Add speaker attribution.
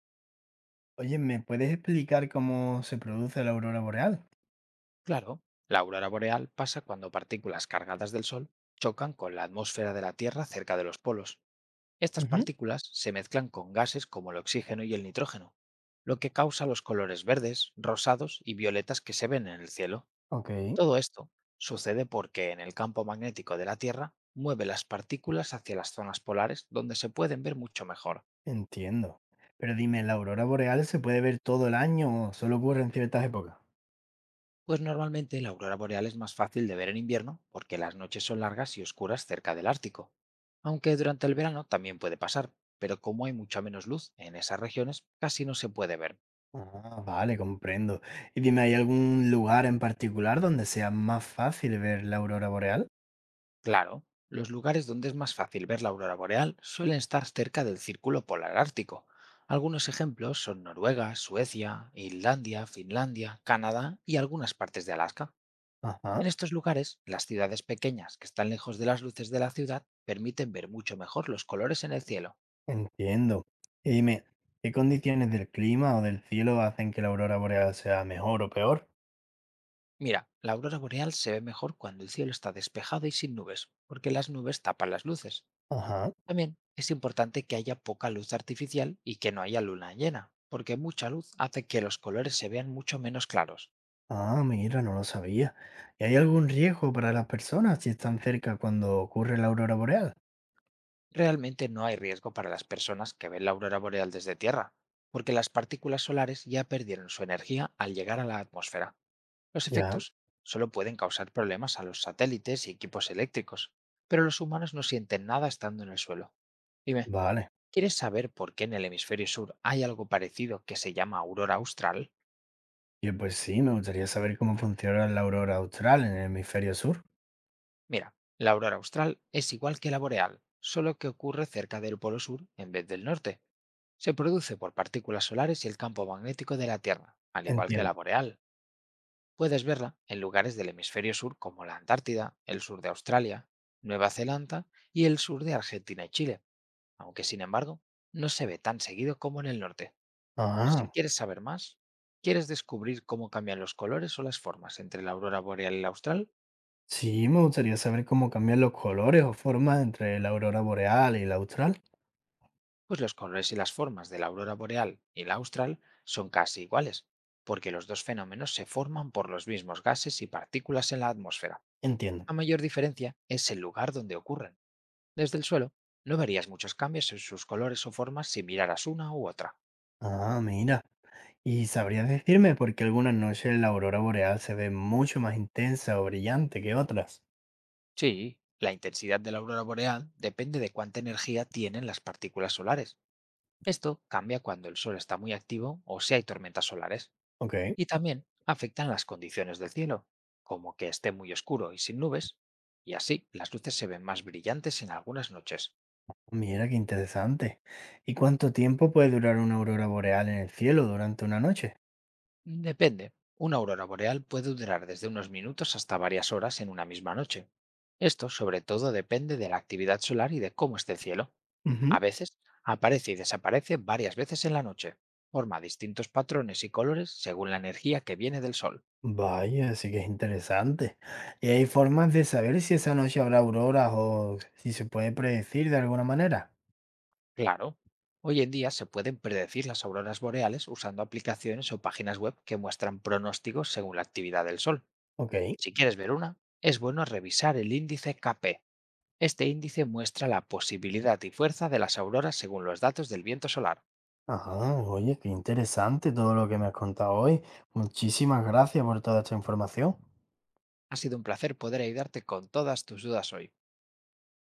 Speaker 1: Oye, ¿me puedes explicar cómo se produce la aurora boreal?
Speaker 2: Claro, la aurora boreal pasa cuando partículas cargadas del Sol chocan con la atmósfera de la Tierra cerca de los polos. Estas
Speaker 1: Ujú.
Speaker 2: partículas se mezclan con gases como el oxígeno y el nitrógeno, lo que causa los colores verdes, rosados y violetas que se ven en el cielo.
Speaker 1: Ok.
Speaker 2: Todo esto sucede porque en el campo magnético de la Tierra mueve las partículas hacia las zonas polares donde se pueden ver mucho mejor.
Speaker 1: Entiendo. Pero dime, ¿la aurora boreal se puede ver todo el año o solo ocurre en ciertas épocas?
Speaker 2: Pues normalmente la aurora boreal es más fácil de ver en invierno porque las noches son largas y oscuras cerca del Ártico, aunque durante el verano también puede pasar, pero como hay mucha menos luz en esas regiones, casi no se puede ver.
Speaker 1: Ah, vale, comprendo. Y dime, ¿hay algún lugar en particular donde sea más fácil ver la aurora boreal?
Speaker 2: Claro, los lugares donde es más fácil ver la aurora boreal suelen estar cerca del círculo polar ártico. Algunos ejemplos son Noruega, Suecia, Islandia, Finlandia, Canadá y algunas partes de Alaska. En
Speaker 1: Ajá.
Speaker 2: estos lugares, las ciudades pequeñas que están lejos de las luces de la ciudad permiten ver mucho mejor los colores en el cielo.
Speaker 1: Entiendo. Y dime, ¿qué condiciones del clima o del cielo hacen que la aurora boreal sea mejor o peor?
Speaker 2: Mira, la aurora boreal se ve mejor cuando el cielo está despejado y sin nubes, porque las nubes tapan las luces.
Speaker 1: Ajá.
Speaker 2: También es importante que haya poca luz artificial y que no haya luna llena, porque mucha luz hace que los colores se vean mucho menos claros.
Speaker 1: Ah, mira, no lo sabía. ¿Y hay algún riesgo para las personas si están cerca cuando ocurre la aurora boreal?
Speaker 2: Realmente no hay riesgo para las personas que ven la aurora boreal desde tierra, porque las partículas solares ya perdieron su energía al llegar a la atmósfera. Los
Speaker 1: Ya,
Speaker 2: efectos solo pueden causar problemas a los satélites y equipos eléctricos, pero los humanos no sienten nada estando en el suelo. Dime,
Speaker 1: vale.
Speaker 2: ¿quieres saber por qué en el hemisferio sur hay algo parecido que se llama aurora austral?
Speaker 1: Y pues sí, me gustaría saber cómo funciona la aurora austral en el hemisferio sur.
Speaker 2: Mira, la aurora austral es igual que la boreal, solo que ocurre cerca del polo sur en vez del norte. Se produce por partículas solares y el campo magnético de la Tierra, al igual que
Speaker 1: Entiendo.
Speaker 2: la boreal. Puedes verla en lugares del hemisferio sur como la Antártida, el sur de Australia, Nueva Zelanda y el sur de Argentina y Chile, aunque sin embargo no se ve tan seguido como en el norte. Si
Speaker 1: Ah,
Speaker 2: quieres saber más, quieres descubrir cómo cambian los colores o las formas entre la aurora boreal y la austral,
Speaker 1: sí, me gustaría saber cómo cambian los colores o formas entre la aurora boreal y la austral.
Speaker 2: pues los colores y las formas de la aurora boreal y la austral son casi iguales, porque los dos fenómenos se forman por los mismos gases y partículas en la atmósfera.
Speaker 1: Entiendo.
Speaker 2: La mayor diferencia es el lugar donde ocurren. Desde el suelo, no verías muchos cambios en sus colores o formas si miraras una u otra.
Speaker 1: Ah, mira. ¿Y sabrías decirme por qué algunas noches la aurora boreal se ve mucho más intensa o brillante que otras?
Speaker 2: Sí, la intensidad de la aurora boreal depende de cuánta energía tienen las partículas solares. Esto cambia cuando el sol está muy activo o si hay tormentas solares.
Speaker 1: Ok.
Speaker 2: Y también afectan las condiciones del cielo, como que esté muy oscuro y sin nubes, y así las luces se ven más brillantes en algunas noches.
Speaker 1: Mira qué interesante. ¿Y cuánto tiempo puede durar una aurora boreal en el cielo durante una noche?
Speaker 2: Depende. Una aurora boreal puede durar desde unos minutos hasta varias horas en una misma noche. Esto, sobre todo, depende de la actividad solar y de cómo esté el cielo. A
Speaker 1: Ujú.
Speaker 2: veces, aparece y desaparece varias veces en la noche. Forma distintos patrones y colores según la energía que viene del sol.
Speaker 1: Vaya, sí que es interesante. ¿Y hay formas de saber si esa noche habrá auroras o si se puede predecir de alguna manera?
Speaker 2: Claro, hoy en día se pueden predecir las auroras boreales usando aplicaciones o páginas web que muestran pronósticos según la actividad del sol.
Speaker 1: Ok.
Speaker 2: Si quieres ver una, es bueno revisar el índice KP. Este índice muestra la posibilidad y fuerza de las auroras según los datos del viento solar.
Speaker 1: Ajá, oye, qué interesante todo lo que me has contado hoy. Muchísimas gracias por toda esta información.
Speaker 2: Ha sido un placer poder ayudarte con todas tus dudas hoy.